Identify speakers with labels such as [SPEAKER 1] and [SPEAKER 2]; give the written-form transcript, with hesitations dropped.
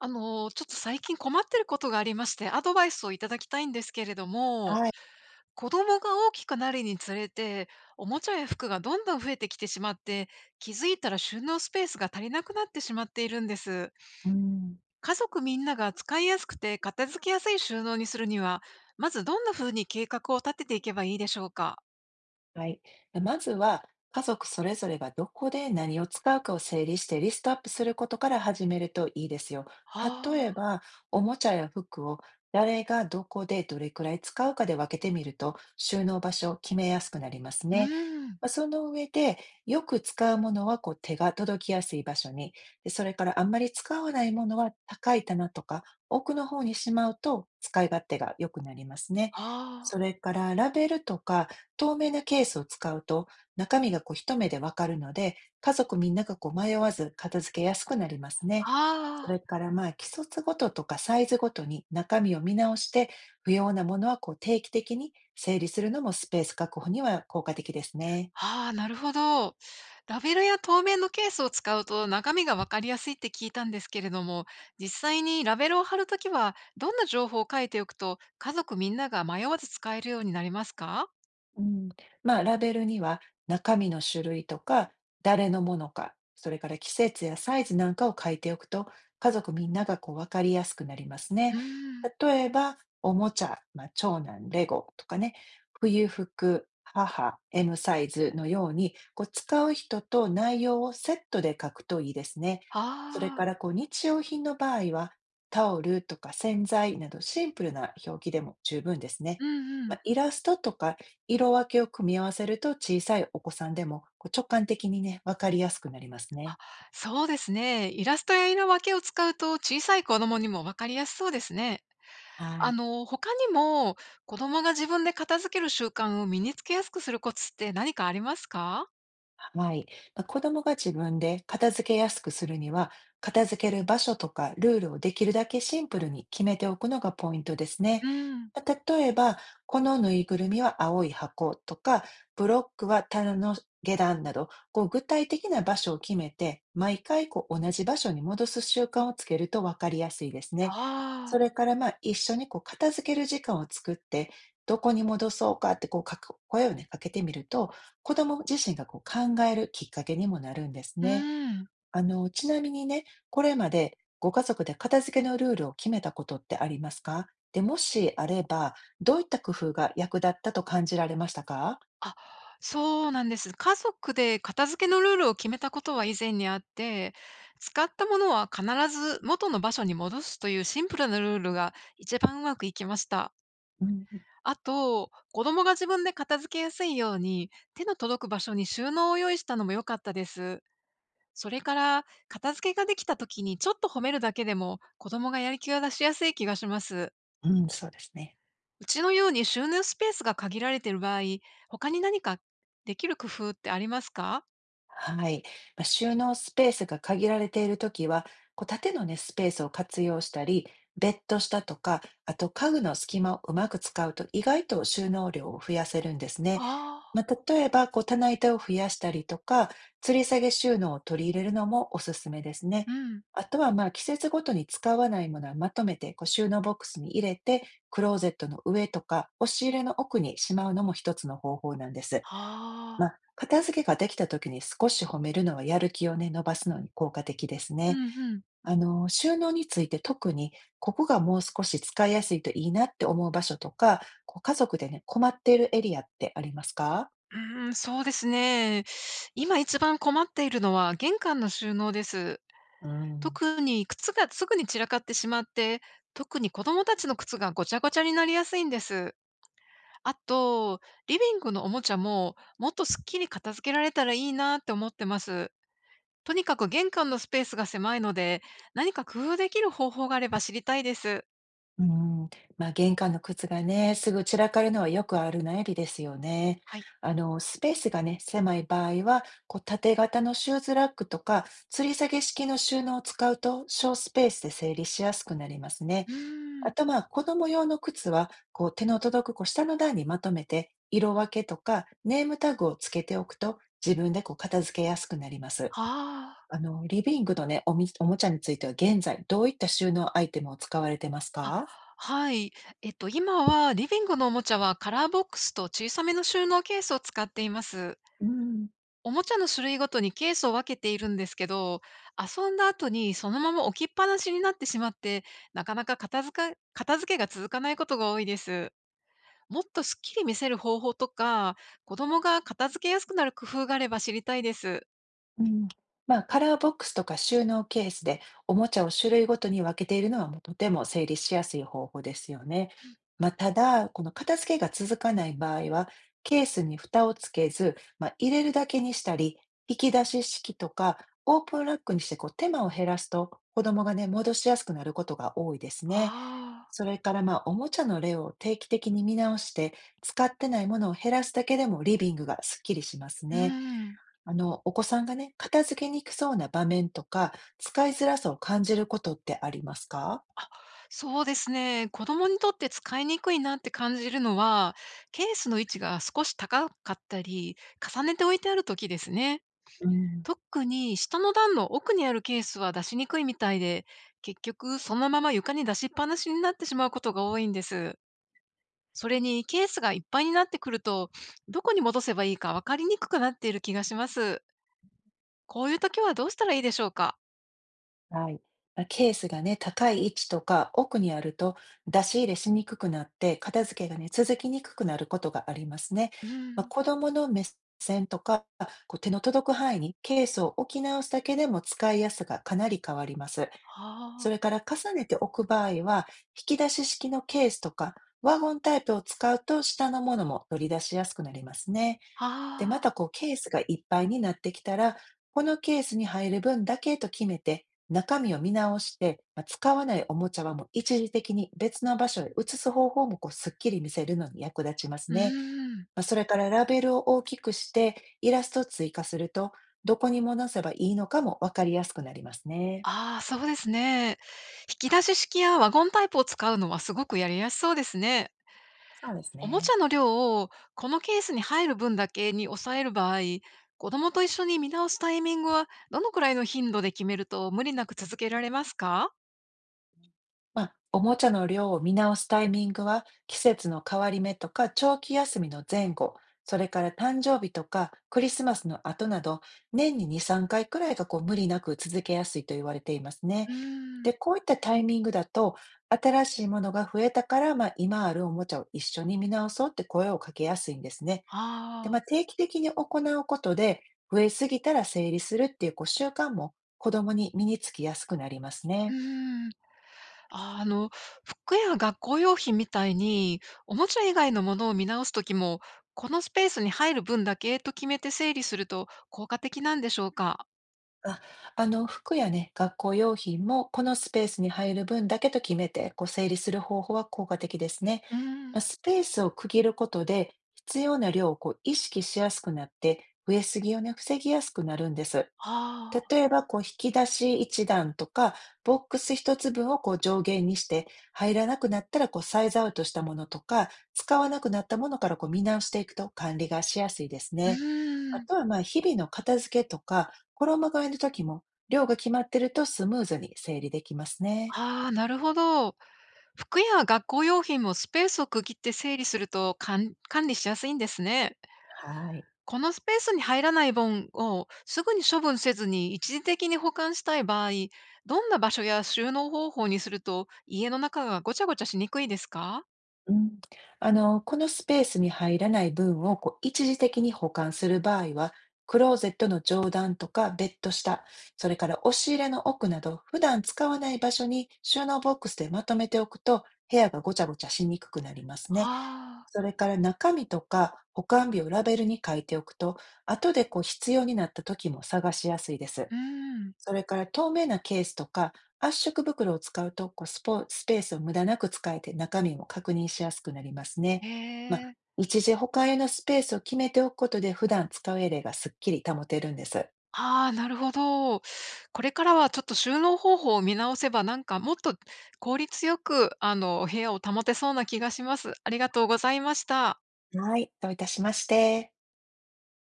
[SPEAKER 1] ちょっと最近困ってることがありまして、アドバイスをいただきたいんですけれども、
[SPEAKER 2] はい。
[SPEAKER 1] 子供が大きくなるにつれて、おもちゃや服がどんどん増えてきてしまって、気づいたら収納スペースが足りなくなってしまっているんです。
[SPEAKER 2] うん。
[SPEAKER 1] 家族みんなが使いやすくて片付けやすい収納にするには、まずどんな風に計画を立てていけばいいでしょうか？
[SPEAKER 2] はい。まずは、家族それぞれがどこで何を使うかを整理してリストアップすることから始めるといいですよ。
[SPEAKER 1] は
[SPEAKER 2] 例え
[SPEAKER 1] あ。
[SPEAKER 2] ば、おもちゃや服を誰がどこでどれくらい使うかで分けてみると、収納場所を決めやすくなります
[SPEAKER 1] う
[SPEAKER 2] ね。
[SPEAKER 1] ーん。
[SPEAKER 2] まあその上で、よく使うものはこう手が届きやすい場所に、でそれからあんまり使わないものは高い棚とか奥の方にしまうと使い勝手が良くなりますね。
[SPEAKER 1] あ
[SPEAKER 2] そ
[SPEAKER 1] あ。
[SPEAKER 2] れからラベルとか透明なケースを使うと、中身がこう一目でわかるので、家族みんながこう迷わず片付けやすくなりますね。そ
[SPEAKER 1] ああ
[SPEAKER 2] れからまあ、季節ごととかサイズごとに中身を見直して、不要なものはこう定期的に整理するのもスペース確保には効果的ですね。
[SPEAKER 1] ああ、なるほど。ラベルや透明のケースを使うと中身がわかりやすいって聞いたんですけれども、実際にラベルを貼るときはどんな情報を書いておくと家族みんなが迷わず使えるようになりますか？
[SPEAKER 2] うん、まあ、ラベルには中身の種類とか、誰のものか、それから季節やサイズなんかを書いておくと、家族みんながこう分かりやすくなります
[SPEAKER 1] う
[SPEAKER 2] ね。
[SPEAKER 1] ーん。
[SPEAKER 2] 例えば、おもちゃ、まあ、長男、レゴとかね、冬服、母、M サイズのように、こう使う人と内容をセットで書くといいですね。それか
[SPEAKER 1] あ
[SPEAKER 2] ら
[SPEAKER 1] あ。
[SPEAKER 2] こう日用品の場合は、タオルとか洗剤などシンプルな表記でも十分ですね。
[SPEAKER 1] うんう
[SPEAKER 2] ま
[SPEAKER 1] ん。
[SPEAKER 2] あ、イラストとか色分けを組み合わせると小さいお子さんでもこう直感的にね、わかりやすくなりますね。
[SPEAKER 1] そうですね。イラストや色分けを使うと小さい子供にもわかりやすそうですね。
[SPEAKER 2] はい。
[SPEAKER 1] 他にも子供が自分で片付ける習慣を身につけやすくするコツって何かありますか？
[SPEAKER 2] はい。まあ子供が自分で片付けやすくするには、片付ける場所とかルールをできるだけシンプルに決めておくのがポイントですね。
[SPEAKER 1] うん。
[SPEAKER 2] まあ例えば、このぬいぐるみは青い箱とか、ブロックは棚の下段など、こう具体的な場所を決めて、毎回こう同じ場所に戻す習慣をつけると分かりやすいですね。
[SPEAKER 1] あ
[SPEAKER 2] そ
[SPEAKER 1] あ。
[SPEAKER 2] れからまあ一緒にこう片付ける時間を作って、どこに戻そうかってこうかけ声をね、かけてみると、子供自身がこう考えるきっかけにもなるんです
[SPEAKER 1] う
[SPEAKER 2] ね。
[SPEAKER 1] ん。
[SPEAKER 2] あの、ちなみにね、これまでご家族で片付けのルールを決めたことってありますか？で、もしあれば、どういった工夫が役立ったと感じられましたか？
[SPEAKER 1] あ、そうなんです。家族で片付けのルールを決めたことは以前にあって、使ったものは必ず元の場所に戻すというシンプルなルールが一番うまくいきました。
[SPEAKER 2] うん、
[SPEAKER 1] あと、子供が自分で片付けやすいように手の届く場所に収納を用意したのも良かったです。それから、片付けができた時にちょっと褒めるだけでも子供がやる気を出しやすい気がします。
[SPEAKER 2] うん、そうですね。
[SPEAKER 1] うちのように収納スペースが限られている場合、他に何かできる工夫ってありますか？
[SPEAKER 2] はい。まあ収納スペースが限られているときは、こう縦のね、スペースを活用したり、ベッド下とか、あと家具の隙間をうまく使うと意外と収納量を増やせるんですね。
[SPEAKER 1] あ
[SPEAKER 2] ま
[SPEAKER 1] あ、
[SPEAKER 2] あ、例えば、こう棚板を増やしたりとか、吊り下げ収納を取り入れるのもおすすめですね。
[SPEAKER 1] うん。
[SPEAKER 2] あとは、まあ、季節ごとに使わないものはまとめてこう収納ボックスに入れて、クローゼットの上とか、押し入れの奥にしまうのも一つの方法なんです。
[SPEAKER 1] あ
[SPEAKER 2] ま
[SPEAKER 1] あ、
[SPEAKER 2] あ、片付けができた時に少し褒めるのはやる気をね、伸ばすのに効果的です
[SPEAKER 1] う
[SPEAKER 2] ね。
[SPEAKER 1] んうん。
[SPEAKER 2] あの、収納について特に、ここがもう少し使いやすいといいなって思う場所とか、こう家族でね、困っているエリアってありますか？
[SPEAKER 1] うーん、そうですね。今一番困っているのは玄関の収納です。
[SPEAKER 2] うん。
[SPEAKER 1] 特に靴がすぐに散らかってしまって、特に子供たちの靴がごちゃごちゃになりやすいんです。あと、リビングのおもちゃももっとすっきり片付けられたらいいなって思ってます。とにかく玄関のスペースが狭いので、何か工夫できる方法があれば知りたいです。
[SPEAKER 2] うん、まあ、玄関の靴がね、すぐ散らかるのはよくある悩みですよね。
[SPEAKER 1] はい。
[SPEAKER 2] あの、スペースがね、狭い場合は、こう縦型のシューズラックとか、吊り下げ式の収納を使うと、小スペースで整理しやすくなりますね。
[SPEAKER 1] うー
[SPEAKER 2] あ
[SPEAKER 1] ん。
[SPEAKER 2] と、まあ、子供用の靴は、こう、手の届くこう下の段にまとめて、色分けとかネームタグをつけておくと、自分でこう片付けやすくなります。
[SPEAKER 1] ああ。
[SPEAKER 2] あの、リビングのね、おもちゃについては現在、どういった収納アイテムを使われてます
[SPEAKER 1] あ、
[SPEAKER 2] か？
[SPEAKER 1] はい。今はリビングのおもちゃはカラーボックスと小さめの収納ケースを使っています。
[SPEAKER 2] うん。
[SPEAKER 1] おもちゃの種類ごとにケースを分けているんですけど、遊んだ後にそのまま置きっぱなしになってしまって、なかなか片付けが続かないことが多いです。もっとすっきり見せる方法とか、子供が片付けやすくなる工夫があれば知りたいです。
[SPEAKER 2] うん、まあ、カラーボックスとか収納ケースでおもちゃを種類ごとに分けているのはもうとても整理しやすい方法ですよね。まあ、ただ、この片付けが続かない場合は、ケースに蓋をつけず、まあ、入れるだけにしたり、引き出し式とかオープンラックにしてこう手間を減らすと子供がね、戻しやすくなることが多いですね。
[SPEAKER 1] ああ、
[SPEAKER 2] それからまあ、おもちゃの例を定期的に見直して、使ってないものを減らすだけでもリビングがすっきりします
[SPEAKER 1] う
[SPEAKER 2] ね。
[SPEAKER 1] ん。
[SPEAKER 2] あの、お子さんがね、片付けにくそうな場面とか、使いづらさを感じることってありますか？
[SPEAKER 1] そうですね。子供にとって使いにくいなって感じるのは、ケースの位置が少し高かったり、重ねて置いてある時ですね。
[SPEAKER 2] うん、
[SPEAKER 1] 特に下の段の奥にあるケースは出しにくいみたいで、結局そのまま床に出しっぱなしになってしまうことが多いんです。それにケースがいっぱいになってくると、どこに戻せばいいか分かりにくくなっている気がします。こういう時はどうしたらいいでしょうか？
[SPEAKER 2] はい。まあケースがね、高い位置とか奥にあると、出し入れしにくくなって、片付けがね、続きにくくなることがありますね。
[SPEAKER 1] う
[SPEAKER 2] まあ、
[SPEAKER 1] ん。
[SPEAKER 2] 子供の目線とか、こう手の届く範囲にケースを置き直すだけでも使いやすさがかなり変わります。
[SPEAKER 1] は
[SPEAKER 2] それ
[SPEAKER 1] あ。
[SPEAKER 2] から重ねて置く場合は、引き出し式のケースとか、ワゴンタイプを使うと下のものも取り出しやすくなりますね。で、ま
[SPEAKER 1] はあ。
[SPEAKER 2] たこうケースがいっぱいになってきたら、このケースに入る分だけと決めて、中身を見直して、まあ使わないおもちゃはもう一時的に別の場所へ移す方法もこうすっきり見せるのに役立ちます
[SPEAKER 1] う
[SPEAKER 2] ね。
[SPEAKER 1] ん。
[SPEAKER 2] まあ、それからラベルを大きくして、イラストを追加すると、どこに戻せばいいのかもわかりやすくなりますね。
[SPEAKER 1] ああ、そうですね。引き出し式やワゴンタイプを使うのはすごくやりやすそうですね。
[SPEAKER 2] そうです
[SPEAKER 1] おもち
[SPEAKER 2] ね。
[SPEAKER 1] ゃの量をこのケースに入る分だけに抑える場合、子供と一緒に見直すタイミングはどのくらいの頻度で決めると無理なく続けられますか？
[SPEAKER 2] まあ、おもちゃの量を見直すタイミングは季節の変わり目とか長期休みの前後、それから誕生日とかクリスマスの後など年に2、3回くらいがこう無理なく続けやすいと言われています
[SPEAKER 1] う
[SPEAKER 2] ね。
[SPEAKER 1] ー
[SPEAKER 2] で、
[SPEAKER 1] ん、
[SPEAKER 2] こういったタイミングだと新しいものが増えたから、まあ、今あるおもちゃを一緒に見直そうって声をかけやすいんですね。で、
[SPEAKER 1] あ
[SPEAKER 2] ま
[SPEAKER 1] あ、
[SPEAKER 2] あ、定期的に行うことで増えすぎたら整理するっていうこう習慣も子供に身につきやすくなります
[SPEAKER 1] う
[SPEAKER 2] ね。
[SPEAKER 1] ーん、あーあの、服や学校用品みたいに、おもちゃ以外のものを見直すときも、このスペースに入る分だけと決めて整理すると効果的なんでしょうか？
[SPEAKER 2] あ、あの、服やね、学校用品も、このスペースに入る分だけと決めて、こう整理する方法は効果的ですね。
[SPEAKER 1] うー
[SPEAKER 2] まあ
[SPEAKER 1] ん。
[SPEAKER 2] スペースを区切ることで、必要な量をこう意識しやすくなって、増えすぎをね、防ぎやすくなるんです。
[SPEAKER 1] ああ。
[SPEAKER 2] 例えば、こう引き出し一段とか、ボックス一つ分をこう上限にして、入らなくなったらこうサイズアウトしたものとか、使わなくなったものからこう見直していくと管理がしやすいです
[SPEAKER 1] う
[SPEAKER 2] ね。
[SPEAKER 1] ー
[SPEAKER 2] あ
[SPEAKER 1] ん。
[SPEAKER 2] とはまあ日々の片付けとか、衣替えの時も、量が決まってるとスムーズに整理できますね。
[SPEAKER 1] ああ、なるほど。服や学校用品もスペースを区切って整理すると、管理しやすいんですね。
[SPEAKER 2] はい。
[SPEAKER 1] このスペースに入らない本をすぐに処分せずに一時的に保管したい場合、どんな場所や収納方法にすると、家の中がごちゃごちゃしにくいですか？
[SPEAKER 2] うん、あの、このスペースに入らない分をこう一時的に保管する場合は、クローゼットの上段とかベッド下、それから押し入れの奥など、普段使わない場所に収納ボックスでまとめておくと、部屋がごちゃごちゃしにくくなりますね。
[SPEAKER 1] ああ、
[SPEAKER 2] それから中身とか保管日をラベルに書いておくと、後でこう必要になった時も探しやすいです。
[SPEAKER 1] うーん。
[SPEAKER 2] それから透明なケースとか圧縮袋を使うとこうスペースを無駄なく使えて中身も確認しやすくなりますね。
[SPEAKER 1] へ
[SPEAKER 2] まあ、
[SPEAKER 1] え。
[SPEAKER 2] 一時保管用のスペースを決めておくことで普段使うエレがすっきり保てるんです。
[SPEAKER 1] ああ、なるほど。これからはちょっと収納方法を見直せば、なんかもっと効率よく、お部屋を保てそうな気がします。ありがとうございました。
[SPEAKER 2] はい、どういたしまして。